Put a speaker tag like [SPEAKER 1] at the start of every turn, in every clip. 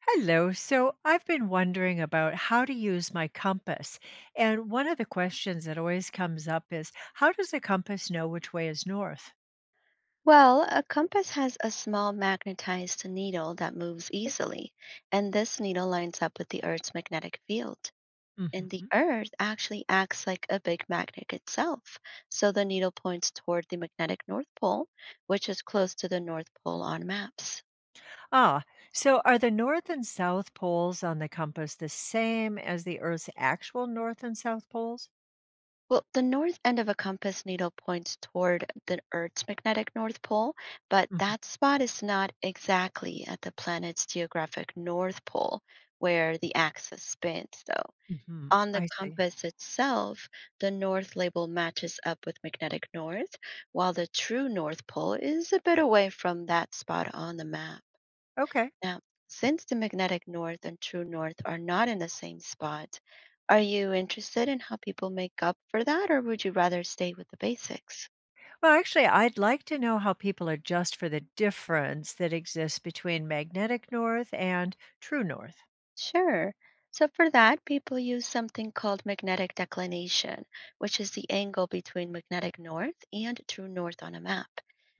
[SPEAKER 1] Hello. So I've been wondering about how to use my compass. And one of the questions that always comes up is how does a compass know which way is north?
[SPEAKER 2] Well, a compass has a small magnetized needle that moves easily, and this needle lines up with the Earth's magnetic field. And the
[SPEAKER 1] hmm
[SPEAKER 2] Earth actually acts like a big magnet itself. So the needle points toward the magnetic North Pole, which is close to the North Pole on maps.
[SPEAKER 1] Ah, so are the north and south poles on the compass the same as the Earth's actual north and south poles?
[SPEAKER 2] Well, the north end of a compass needle points toward the Earth's magnetic North Pole, but that spot is not exactly at the planet's geographic North Pole, where the axis spins, though.
[SPEAKER 1] Mm-hmm.
[SPEAKER 2] On the
[SPEAKER 1] I see.
[SPEAKER 2] compass itself, the north label matches up with magnetic north, while the true North Pole is a bit away from that spot on the map.
[SPEAKER 1] Okay.
[SPEAKER 2] Now, since the magnetic north and true north are not in the same spot, are you interested in how people make up for that, or would you rather stay with the basics?
[SPEAKER 1] Well, actually, I'd like to know how people adjust for the difference that exists between magnetic north and true north.
[SPEAKER 2] Sure. So, for that, people use something called magnetic declination, which is the angle between magnetic north and true north on a map.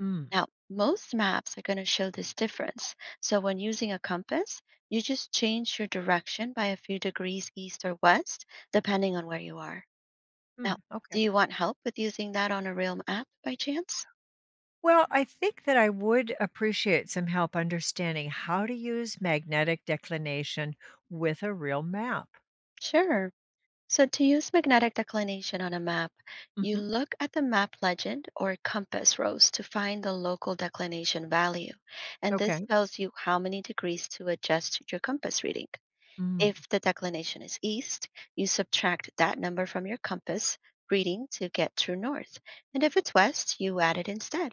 [SPEAKER 1] Mm.
[SPEAKER 2] Now, most maps are going to show this difference. So when using a compass, you just change your direction by a few degrees east or west, depending on where you are. Now,
[SPEAKER 1] Mm.
[SPEAKER 2] do
[SPEAKER 1] Okay.
[SPEAKER 2] you want help with using that on a real map by chance?
[SPEAKER 1] Well, I think that I would appreciate some help understanding how to use magnetic declination with a real map.
[SPEAKER 2] Sure. So to use magnetic declination on a map, you
[SPEAKER 1] hmm
[SPEAKER 2] look at the map legend or compass rose to find the local declination value. And this
[SPEAKER 1] Okay.
[SPEAKER 2] tells you how many degrees to adjust your compass reading.
[SPEAKER 1] Mm,
[SPEAKER 2] If the declination is east, you subtract that number from your compass reading to get true north. And if it's west, you add it instead.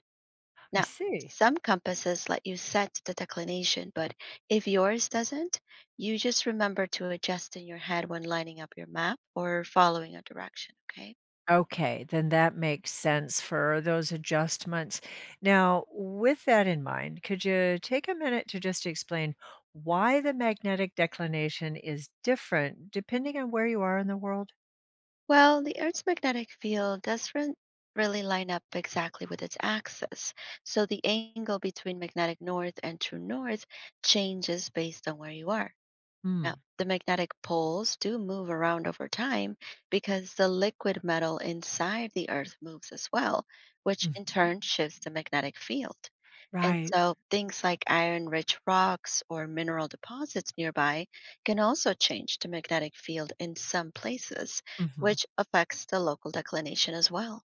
[SPEAKER 1] I
[SPEAKER 2] Now,
[SPEAKER 1] see.
[SPEAKER 2] some compasses let you set the declination, but if yours doesn't, you just remember to adjust in your head when lining up your map or following a direction, okay?
[SPEAKER 1] Okay, then that makes sense for those adjustments. Now, with that in mind, could you take a minute to just explain why the magnetic declination is different depending on where you are in the world?
[SPEAKER 2] Well, the Earth's magnetic field doesn't really line up exactly with its axis, so the angle between magnetic north and true north changes based on where you are. Now,
[SPEAKER 1] Mm,
[SPEAKER 2] the magnetic poles do move around over time because the liquid metal inside the Earth moves as well, which in
[SPEAKER 1] mhm.
[SPEAKER 2] turn shifts the magnetic field. And
[SPEAKER 1] Right.
[SPEAKER 2] so things like iron rich rocks or mineral deposits nearby can also change the magnetic field in some places, which affects the local declination as well.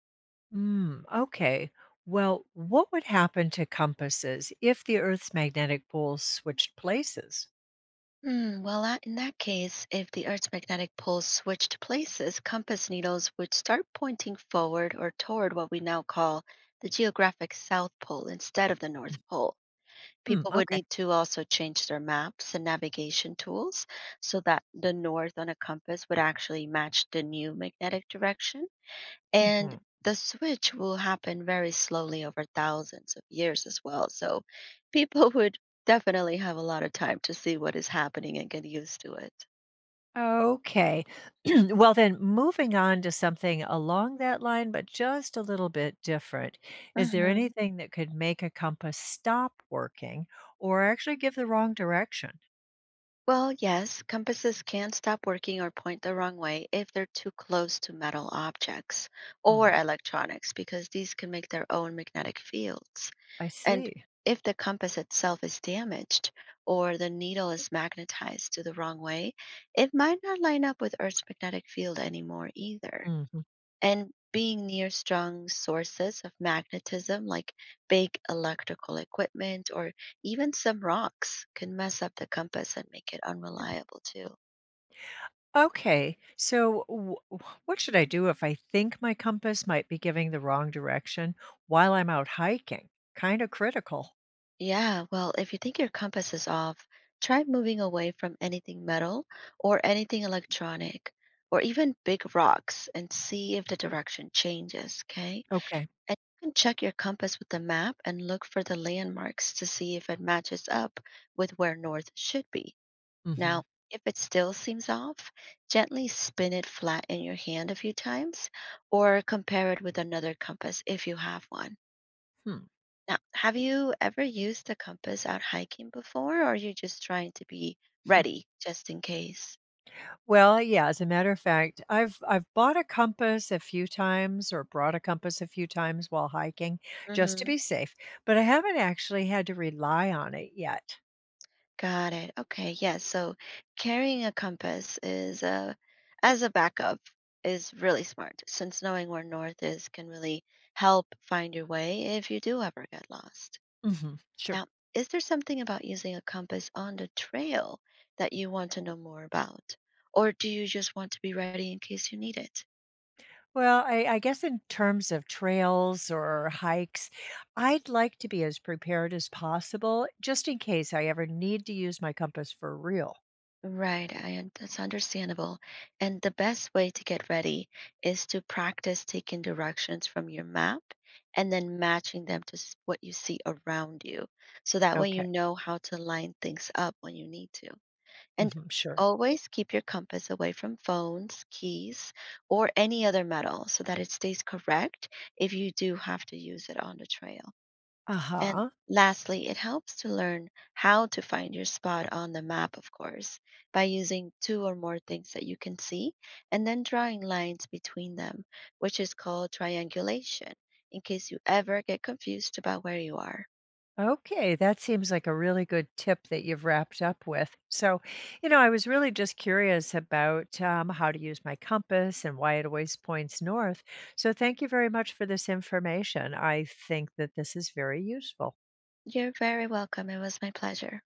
[SPEAKER 1] Mm, okay. Well, what would happen to compasses if the Earth's magnetic poles switched places?
[SPEAKER 2] Hmm, well, that, in that case, if the Earth's magnetic poles switched places, compass needles would start pointing forward or toward what we now call the geographic South Pole instead of the North Pole.
[SPEAKER 1] Hmm,
[SPEAKER 2] People would
[SPEAKER 1] okay.
[SPEAKER 2] need to also change their maps and navigation tools so that the north on a compass would actually match the new magnetic direction. And
[SPEAKER 1] hmm
[SPEAKER 2] the switch will happen very slowly over thousands of years as well. So people would definitely have a lot of time to see what is happening and get used to it.
[SPEAKER 1] Okay. Well, then, moving on to something along that line, but just a little bit different. Is there
[SPEAKER 2] Mhm.
[SPEAKER 1] anything that could make a compass stop working or actually give the wrong direction?
[SPEAKER 2] Well, yes, compasses can stop working or point the wrong way if they're too close to metal objects or
[SPEAKER 1] Hmm,
[SPEAKER 2] electronics because these can make their own magnetic fields.
[SPEAKER 1] I
[SPEAKER 2] And
[SPEAKER 1] see.
[SPEAKER 2] if the compass itself is damaged or the needle is magnetized to the wrong way, it might not line up with Earth's magnetic field anymore either.
[SPEAKER 1] Mm-hmm.
[SPEAKER 2] And being near strong sources of magnetism, like big electrical equipment or even some rocks, can mess up the compass and make it unreliable too.
[SPEAKER 1] Okay. So, what should I do if I think my compass might be giving the wrong direction while I'm out hiking? Kind of critical.
[SPEAKER 2] Yeah, well, if you think your compass is off, try moving away from anything metal or anything electronic or even big rocks and see if the
[SPEAKER 1] Hmm.
[SPEAKER 2] direction changes, okay?
[SPEAKER 1] Okay.
[SPEAKER 2] And you can check your compass with the map and look for the landmarks to see if it matches up with where north should be.
[SPEAKER 1] hmm
[SPEAKER 2] Now, if it still seems off, gently spin it flat in your hand a few times or compare it with another compass if you have one.
[SPEAKER 1] Hmm.
[SPEAKER 2] Now, have you ever used a compass out hiking before, or are you just trying to be ready just in case?
[SPEAKER 1] Well, yeah. As a matter of fact, I've bought a compass a few times or brought a compass a few times while hiking just to
[SPEAKER 2] hmm
[SPEAKER 1] be safe, but I haven't actually had to rely on it yet.
[SPEAKER 2] Got it. Okay. Yeah. So carrying a compass is as a backup is really smart since knowing where north is can really help find your way if you do ever get lost.
[SPEAKER 1] Hmm. Sure.
[SPEAKER 2] Now, is there something about using a compass on the trail that you want to know more about? Or do you just want to be ready in case you need it?
[SPEAKER 1] Well, I guess in terms of trails or hikes, I'd like to be as prepared as possible just in case I ever need to use my compass for real.
[SPEAKER 2] Right, that's understandable. And the best way to get ready is to practice taking directions from your map and then matching them to what you see around you. So that way you
[SPEAKER 1] Okay.
[SPEAKER 2] know how to line things up when you need to. And
[SPEAKER 1] Hmm. Sure.
[SPEAKER 2] always keep your compass away from phones, keys, or any other metal so that it stays correct if you do have to use it on the trail.
[SPEAKER 1] Uh
[SPEAKER 2] And
[SPEAKER 1] huh.
[SPEAKER 2] lastly, it helps to learn how to find your spot on the map, of course, by using two or more things that you can see and then drawing lines between them, which is called triangulation, in case you ever get confused about where you are.
[SPEAKER 1] Okay. That seems like a really good tip that you've wrapped up with. So, you know, I was really just curious about how to use my compass and why it always points north. So, thank you very much for this information. I think that this is very useful.
[SPEAKER 2] You're very welcome. It was my pleasure.